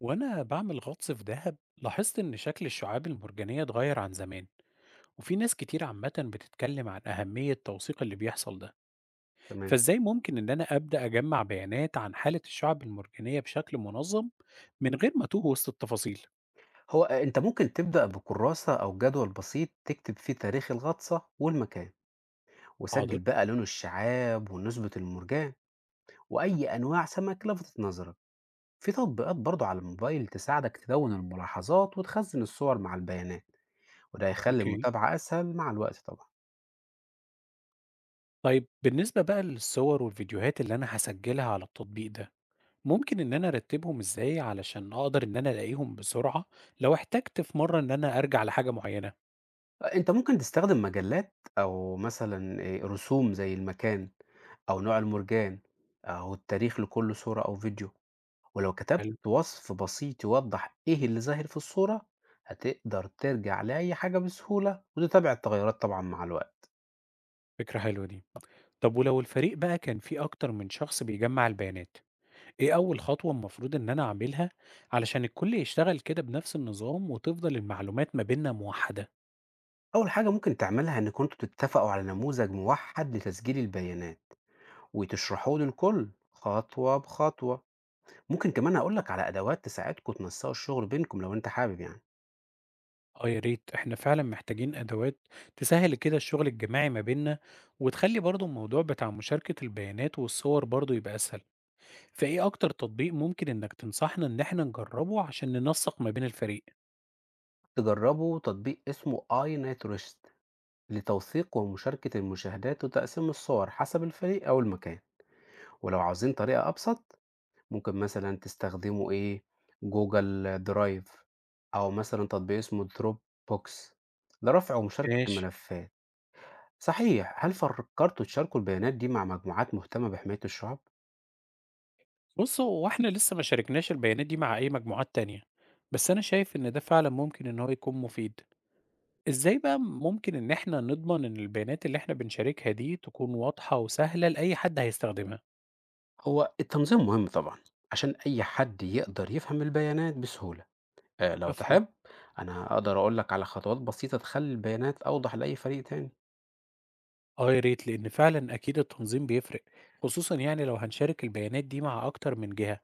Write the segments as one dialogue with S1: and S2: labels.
S1: وأنا بعمل غطس في دهب لاحظت إن شكل الشعاب المرجانية اتغير عن زمان، وفي ناس كتير عامة بتتكلم عن أهمية توثيق اللي بيحصل ده.
S2: تمام.
S1: فإزاي ممكن إن أنا أبدأ أجمع بيانات عن حالة الشعاب المرجانية بشكل منظم من غير ما أتوه وسط التفاصيل؟
S2: هو أنت ممكن تبدأ بكراسة أو جدول بسيط تكتب فيه تاريخ الغطسة والمكان،
S1: حاضر.
S2: وسجل بقى لون الشعاب ونسبة المرجان وأي أنواع سمك لفتت نظرك. في تطبيقات برضه على الموبايل تساعدك تدون الملاحظات وتخزن الصور مع البيانات، وده هيخلي
S1: أوكي.
S2: المتابعة أسهل مع الوقت طبعا.
S1: طيب بالنسبة بقى للصور والفيديوهات اللي أنا هسجلها على التطبيق ده، ممكن إن أنا أرتبهم إزاي علشان أقدر إن أنا ألاقيهم بسرعة لو احتجت في مرة إن أنا أرجع لحاجة معينة؟
S2: أنت ممكن تستخدم مجلات أو مثلا إيه، رسوم زي المكان أو نوع المرجان أو التاريخ لكل صورة أو فيديو، ولو كتبت
S1: حلو.
S2: وصف بسيط يوضح إيه اللي ظاهر في الصورة هتقدر ترجع لأي حاجة بسهولة وتتابع التغيرات طبعا مع الوقت.
S1: فكرة حلوة دي. طب ولو الفريق بقى كان فيه أكتر من شخص بيجمع البيانات، إيه أول خطوة المفروض إن أنا أعملها علشان الكل يشتغل كده بنفس النظام وتفضل المعلومات ما بيننا موحدة؟
S2: أول حاجة ممكن تعملها إنكم انتوا تتفقوا على نموذج موحد لتسجيل البيانات وتشرحوه للكل خطوة بخطوة. ممكن كمان هقولك على أدوات تساعدكم تنسقوا الشغل بينكم لو أنت حابب يعني.
S1: آه يا ريت، إحنا فعلا محتاجين أدوات تسهل كده الشغل الجماعي ما بيننا، وتخلي برضو الموضوع بتاع مشاركة البيانات والصور برضو يبقى أسهل. فإيه أكتر تطبيق ممكن إنك تنصحنا إن إحنا نجربه عشان ننسق ما بين الفريق؟
S2: تجربوا تطبيق اسمه آي نايت ريست لتوثيق ومشاركة المشاهدات وتقسيم الصور حسب الفريق أو المكان، ولو عاوزين طريقة أبسط ممكن مثلًا تستخدموا Google Drive أو مثلًا تطبيق اسمه Dropbox لرفع ومشاركة
S1: ماشي.
S2: الملفات. صحيح، هل فكرتوا تشاركوا البيانات دي مع مجموعات مهتمة بحماية الشعاب؟
S1: بُص، هو إحنا لسه ما شاركناش البيانات دي مع أي مجموعات تانية، بس أنا شايف إن ده فعلًا ممكن إن هو يكون مفيد. إزاي بقى ممكن إن إحنا نضمن إن البيانات اللي إحنا بنشاركها دي تكون واضحة وسهلة لأي حد هيستخدمها؟
S2: هو التنظيم مهم طبعًا، عشان أي حد يقدر يفهم البيانات بسهولة. لو
S1: مفهوم.
S2: تحب أنا أقدر أقول لك على خطوات بسيطة تخلّي البيانات أوضح لأي فريق تاني.
S1: آه يا ريت، لإن فعلًا أكيد التنظيم بيفرق، خصوصًا لو هنشارك البيانات دي مع أكتر من جهة.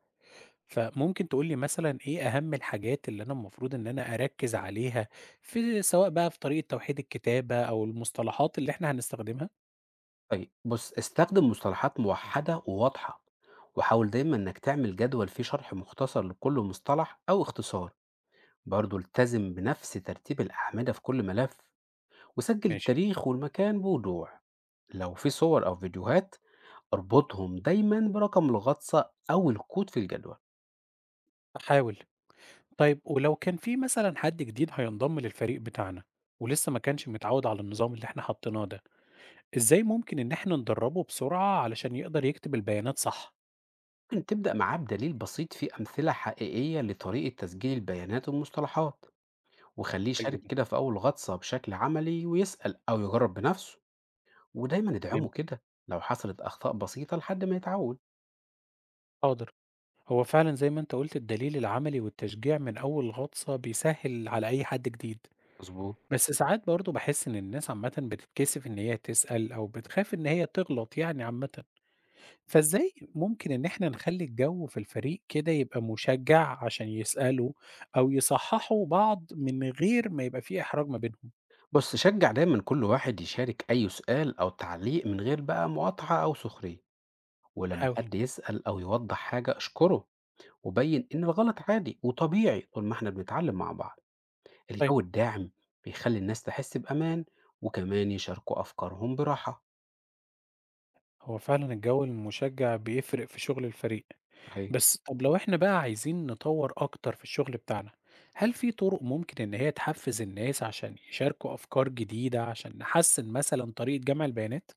S1: فممكن تقول لي مثلًا إيه أهم الحاجات اللي أنا المفروض إن أنا أركّز عليها، في سواء بقى في طريقة توحيد الكتابة أو المصطلحات اللي إحنا هنستخدمها؟
S2: طيب بص، استخدم مصطلحات موحدة وواضحة، وحاول دايما انك تعمل جدول فيه شرح مختصر لكل مصطلح او اختصار. برضو التزم بنفس ترتيب الأعمدة في كل ملف، وسجل
S1: ماشي.
S2: التاريخ والمكان بوضوح. لو في صور أو فيديوهات اربطهم دايما برقم الغطسة أو الكود في الجدول.
S1: هاحاول. طيب ولو كان في مثلا حد جديد هينضم للفريق بتاعنا، ولسه ما كانش متعود على النظام اللي احنا حطيناه ده، ازاي ممكن ان احنا ندربه بسرعة علشان يقدر يكتب البيانات صح؟
S2: ممكن تبدأ معاه بدليل بسيط فيه أمثلة حقيقية لطريقة تسجيل البيانات والمصطلحات، وخليه
S1: حلو
S2: يشارك
S1: ده.
S2: كده في أول غطسة بشكل عملي ويسأل أو يجرب بنفسه. ودايمًا
S1: تمام.
S2: ادعمه كده لو حصلت أخطاء بسيطة لحد ما يتعود.
S1: حاضر. هو فعلا زي ما انت قلت، الدليل العملي والتشجيع من اول غطسة بيسهل على اي حد جديد.
S2: مضبوط.
S1: بس ساعات برضه بحس ان الناس عامة بتتكسف ان هي تسأل او بتخاف ان هي تغلط، عامة، فإزاي ممكن إن إحنا نخلّي الجو في الفريق كده يبقى مُشجّع عشان يسألوا أو يصحّحوا بعض من غير ما يبقى في إحراج ما بينهم؟
S2: بُص، شجّع دايمًا كل واحد يشارك أي سؤال أو تعليق من غير بقى مقاطعة أو سخرية، ولما
S1: نحاول.
S2: حد يسأل أو يوضّح حاجة اشكره، وبيّن إن الغلط عادي وطبيعي طول ما إحنا بنتعلم مع بعض.
S1: طيب،
S2: الجو الداعم بيخلّي الناس تحس بأمان، وكمان يشاركوا أفكارهم براحة.
S1: هو فعلًا الجو المُشجّع بيفرق في شغل الفريق.
S2: صحيح.
S1: بس طب لو إحنا بقى عايزين نطوّر أكتر في الشغل بتاعنا، هل في طُرق ممكن إن هي تحفّز الناس عشان يشاركوا أفكار جديدة عشان نحسّن مثلًا طريقة جمع البيانات؟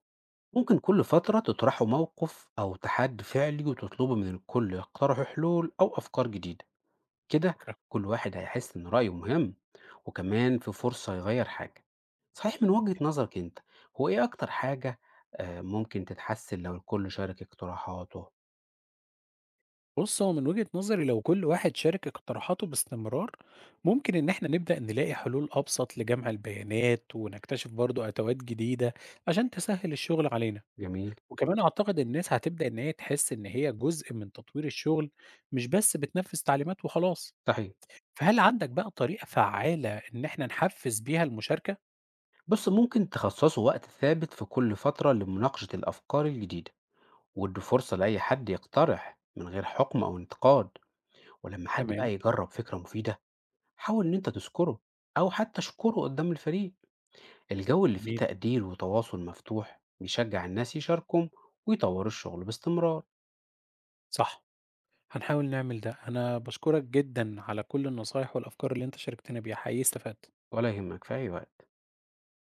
S2: ممكن كل فترة تطرحوا موقف أو تحدي فعلي وتطلبوا من الكل يقترحوا حلول أو أفكار جديدة. كده
S1: فكرة.
S2: كل واحد هيحس إن رأيه مهم، وكمان في فرصة يغير حاجة. صحيح، من وجهة نظرك أنت هو إيه أكتر حاجة آه، ممكن تتحسن لو الكل شارك اقتراحاته؟
S1: بُص، هو من وجهة نظري لو كل واحد شارك اقتراحاته باستمرار، ممكن إن إحنا نبدأ نلاقي حلول أبسط لجمع البيانات، ونكتشف برضه أدوات جديدة عشان تسهّل الشغل علينا.
S2: جميل.
S1: وكمان أعتقد الناس هتبدأ إن هي تحس إن هي جزء من تطوير الشغل، مش بس بتنفذ تعليمات وخلاص.
S2: صحيح.
S1: فهل عندك بقى طريقة فعّالة إن إحنا نحفّز بيها المشاركة؟
S2: بص، ممكن تخصصوا وقت ثابت في كل فترة لمناقشة الأفكار الجديدة، وادوا فرصة لأي حد يقترح من غير حكم أو انتقاد. ولما حد
S1: تمام.
S2: بقى يجرب فكرة مفيدة حاول إن أنت تذكره أو حتى اشكره قدام الفريق. الجو اللي فيه
S1: جميل.
S2: تقدير وتواصل مفتوح بيشجع الناس يشاركوا ويطوروا الشغل باستمرار.
S1: صح. هنحاول نعمل ده. أنا باشكرك جدًا على كل النصايح والأفكار اللي أنت شاركتنا بيها، حقيقي استفدت.
S2: ولا يهمك، في أي وقت.